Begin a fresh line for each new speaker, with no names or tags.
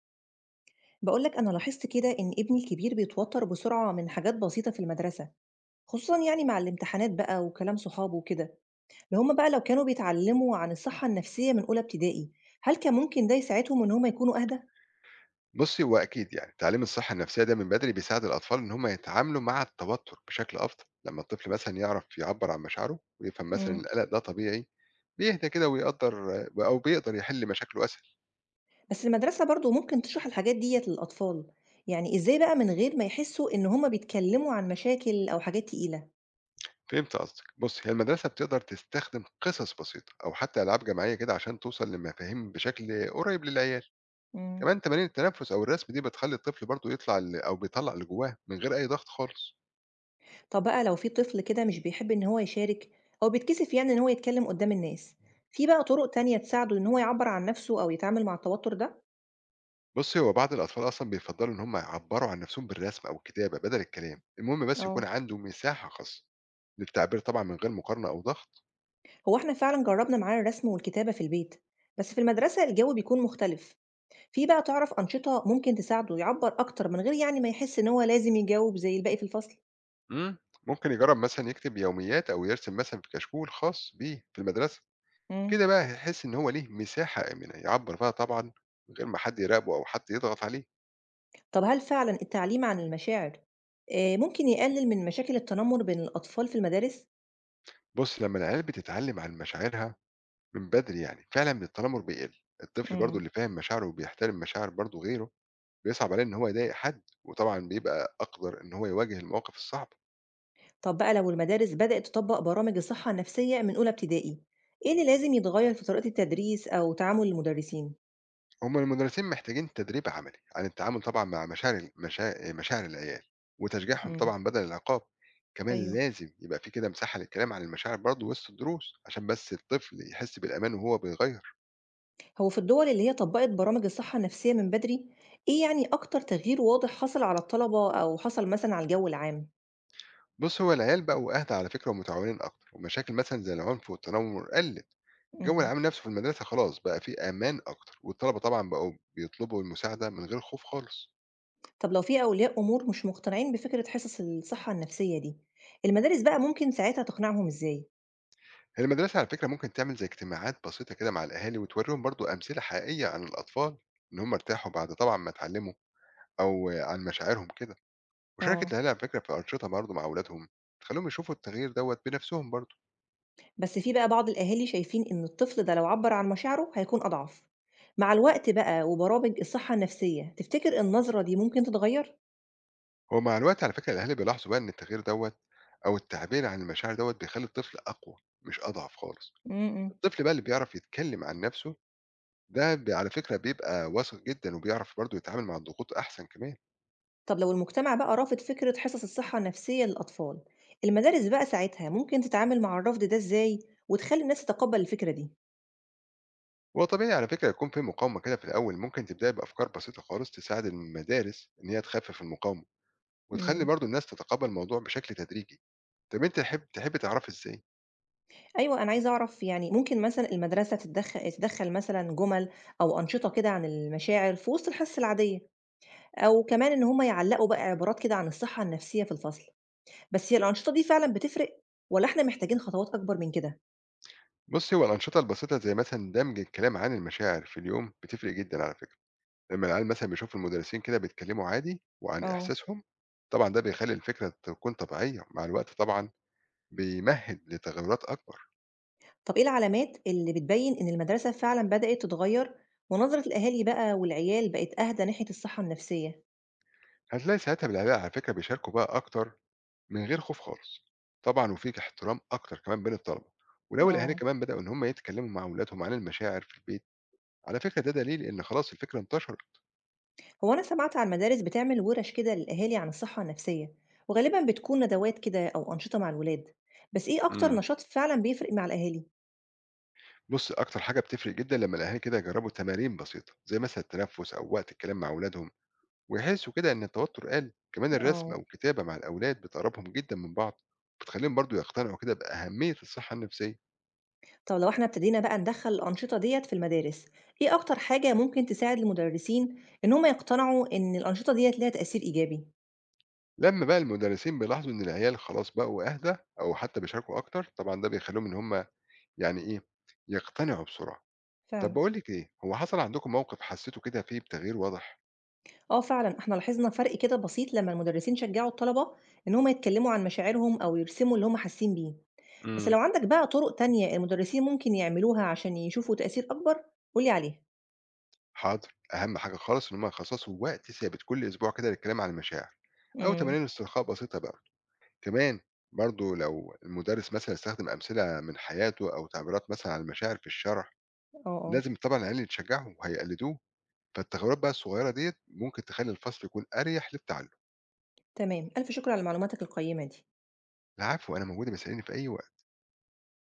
بقولك أنا لاحظت كده إن ابني الكبير بيتوتر بسرعة من حاجات بسيطة في المدرسة، خصوصا يعني مع الامتحانات بقى وكلام صحابه وكده. اللي هم بقى لو كانوا بيتعلموا عن الصحة النفسية من أولى ابتدائي، هل كان ممكن ده يساعدهم إن هم يكونوا أهدى؟
بُصّي، هو أكيد يعني تعليم الصحة النفسية ده من بدري بيساعد الأطفال إن هم يتعاملوا مع التوتر بشكل أفضل، لمّا الطفل مثلًا يعرف يعبّر عن مشاعره ويفهم مثلًا إن
مم.
القلق ده طبيعي، بيهدى كده ويقدّر أو بيقدر يحل مشاكله أسهل.
بس المدرسة برضو ممكن تشرح الحاجات ديت للأطفال، يعني إزاي بقى من غير ما يحسوا إن هم بيتكلموا عن مشاكل أو حاجات تقيلة؟
فهمت قصدك. بُصّي، هي المدرسة بتقدر تستخدم قصص بسيطة أو حتى ألعاب جماعية كده عشان توصل لمفاهيم بشكل قريب للعيال.
مم.
كمان تمارين التنفس أو الرسم دي بتخلّي الطفل برضه يطلع ال أو بيطلّع اللي جواه من غير أي ضغط خالص.
طب بقى لو في طفل كده مش بيحب إن هو يشارك أو بيتكسف يعني إن هو يتكلم قدام الناس، في بقى طرق تانية تساعده إن هو يعبر عن نفسه أو يتعامل مع التوتر ده؟
بُصّي، هو بعض الأطفال أصلًا بيفضّلوا إن هم يعبّروا عن نَفْسهم بالرسم أو الكتابة بدل الكلام، المهم بس يكون
اه.
عنده مساحة خاصة للتعبير طبعًا من غير مقارنة أو ضغط.
هو إحنا فعلا جربنا معاه الرسم والكتابة في البيت، بس في المدرسة الجو بيكون مختلف، في بقى تعرف أنشطة ممكن تساعده يعبر أكتر من غير يعني ما يحس إن هو لازم يجاوب زي الباقي في الفصل؟
إمم، ممكن يجرّب مثلًا يكتب يوميات أو يرسم مثلًا في كشكول خاص بيه في المدرسة،
امم.
كده بقى هيحس إن هو ليه مساحة آمنة يعبّر فيها طبعًا من غير ما حد يراقبه أو حد يضغط عليه.
طب هل فعلا التعليم عن المشاعر ممكن يقلل من مشاكل التنمر بين الأطفال في المدارس؟
بُص، لمّا العيال بتتعلّم عن مشاعرها من بدري يعني فعلًا التنمر بيقل، الطفل برضه
مم.
اللي فاهم مشاعره وبيحترم مشاعر برضه غيره بيصعب عليه إن هو يضايق حد، وطبعًا بيبقى أقدر إن هو يواجه المواقف الصعبة.
طب بقى لو المدارس بدأت تطبق برامج الصحة النفسية من أولى ابتدائي، إيه اللي لازم يتغير في طريقة التدريس أو تعامل المدرسين؟
هم المدرسين محتاجين تدريب عملي عن التعامل طبعًا مع مشاعر ال مشاع مشاعر العيال، وتشجيعهم
امم.
طبعًا بدل العقاب. كمان
ايوه.
لازم يبقى في كده مساحة للكلام عن المشاعر برضه وسط الدروس، عشان بس الطفل يحس بالأمان وهو بيغيّر.
هو في الدول اللي هي طبقت برامج الصحة النفسية من بدري، إيه يعني أكتر تغيير واضح حصل على الطلبة أو حصل مثلا على الجو العام؟
بُص، هو العيال بقوا أهدى على فكرة ومتعاونين أكتر، ومشاكل مثلًا زي العنف والتنمر قلِّت. الجو
امم.
العام نفسه في المدرسة خلاص بقى في أمان أكتر، والطلبة طبعًا بقوا بيطلبوا المساعدة من غير خوف خالص.
طب لو في أولياء أمور مش مقتنعين بفكرة حصص الصحة النفسية دي، المدارس بقى ممكن ساعتها تقنعهم إزاي؟
هي المدرسة على فكرة ممكن تعمل زي اجتماعات بسيطة كده مع الأهالي وتوريهم برضو أمثلة حقيقية عن الأطفال إن هم ارتاحوا بعد طبعا ما اتعلموا أو عن مشاعرهم كده، وشاركة
اه.
الأهالي على فكرة في أنشطة برضو مع أولادهم، تخليهم يشوفوا التغيير دوت بنفسهم برضو.
بس في بقى بعض الأهالي شايفين إن الطفل ده لو عبّر عن مشاعره هيكون أضعف. مع الوقت بقى وبرامج الصحة النفسية، تفتكر النظرة دي ممكن تتغير؟
هو مع الوقت على فكرة الأهالي بيلاحظوا بقى إن التغيير دوت أو التعبير عن المشاعر دوت بيخلي الطفل أقوى مش أضعف خالص.
أمم.
الطفل بقى اللي بيعرف يتكلم عن نفسه ده على فكرة بيبقى واثق جدا وبيعرف برضو يتعامل مع الضغوط أحسن كمان.
طب لو المجتمع بقى رافض فكرة حصص الصحة النفسية للأطفال، المدارس بقى ساعتها ممكن تتعامل مع الرفض ده إزاي وتخلي الناس تتقبل الفكرة دي؟
هو طبيعي على فكرة يكون في مقاومة كده في الأول. ممكن تبدأي بأفكار بسيطة خالص تساعد المدارس إن هي تخفف المقاومة وتخلي
امم.
برضو الناس تتقبل الموضوع بشكل تدريجي. طب أنت تحب تعرف إزاي؟
أيوه، أنا عايزة أعرف يعني ممكن مثلًا المدرسة تدخل مثلًا جمل أو أنشطة كده عن المشاعر في وسط الحصص العادية، أو كمان إن هم يعلقوا بقى عبارات كده عن الصحة النفسية في الفصل. بس هي الأنشطة دي فعلًا بتفرق، والّا إحنا محتاجين خطوات أكبر من كده؟
بصي، هو الأنشطة البسيطة زي مثلا دمج الكلام عن المشاعر في اليوم بتفرق جدا على فكرة. لما العيال مثلا بيشوف المدرسين كده بيتكلموا عادي وعن
آه.
إحساسهم، طبعا ده بيخلي الفكرة تكون طبيعية مع الوقت، طبعا بيمهد لتغيرات أكبر.
طب إيه العلامات اللي بتبيّن إن المدرسة فعلًا بدأت تتغيّر، ونظرة الأهالي بقى والعيال بقت أهدى ناحية الصحة النفسية؟
هتلاقي ساعتها بالعيال على فكرة بيشاركوا بقى أكتر من غير خوف خالص. طبعًا وفي احترام أكتر كمان بين الطلبة، ولو الأهالي
آه.
كمان بدأوا إن هم يتكلموا مع أولادهم عن المشاعر في البيت، على فكرة ده دليل إن خلاص الفكرة انتشرت.
هو أنا سمعت عن مدارس بتعمل وِرَش كده للأهالي عن الصحة النفسية، وغالبًا بتكون ندوات كده أو أنشطة مع الولاد، بس إيه أكتر
امم.
نشاط فعلًا بيفرق مع الأهالي؟
بُص، أكتر حاجة بتفرق جدًا لمّا الأهالي كده يجربوا تمارين بسيطة، زي مثلًا التنفس أو وقت الكلام مع أولادهم، ويحسوا كده إن التوتر قل. كمان الرسم
آه.
أو الكتابة مع الأولاد بتقربهم جدًا من بعض، وبتخليهم برضه يقتنعوا كده بأهمية الصحة النفسية.
طب لو إحنا ابتدينا بقى ندخّل الأنشطة ديّة في المدارس، إيه أكتر حاجة ممكن تساعد المدرسين إن هم يقتنعوا إن الأنشطة ديّة ليها تأثير إيجابي؟
لمّا بقى المدرسين بيلاحظوا إن العيال خلاص بقوا أهدى أو حتى بيشاركوا أكتر، طبعًا ده بيخليهم إن هم يعني إيه، يقتنعوا بسرعة. طَب
فعلًا.
باقول لِك إيه، هو حصل عندكم موقف حسّيتوا كده فيه بتغيير واضح؟
آه، فعلًا، إحنا لاحظنا فرق كده بسيط لمّا المدرسين شجّعوا الطلبة إن هم يتكلّموا عن مشاعرهم أو يرسموا اللي هم حاسين بيه. بس
إمم.
لو عندك بقى طُرق تانية المدرسين ممكن يعملوها عشان يشوفوا تأثير أكبر، قُل لي عليها.
حاضر، أهم حاجة خالص إن هم يخصصوا وقت ثابت كل أسبوع كده للكلام عن المشاعر، أو
إمم.
تمارين استرخاء بسيطة بقى. كمان برضه لو المدرس مثلًا استخدم أمثلة من حياته أو تعبيرات مثلًا عن المشاعر في الشرح،
آه، آه.
لازم طبعًا العيال يتشجعوا وهيقلدوه. فالتغيرات بقى الصغيرة ديّة ممكن تخلّي الفصل يكون أريح للتعلم.
تمام. ألف شكر على معلوماتك القيّمة دي.
العفو، أنا موجودة، باسأليني في أي وقت.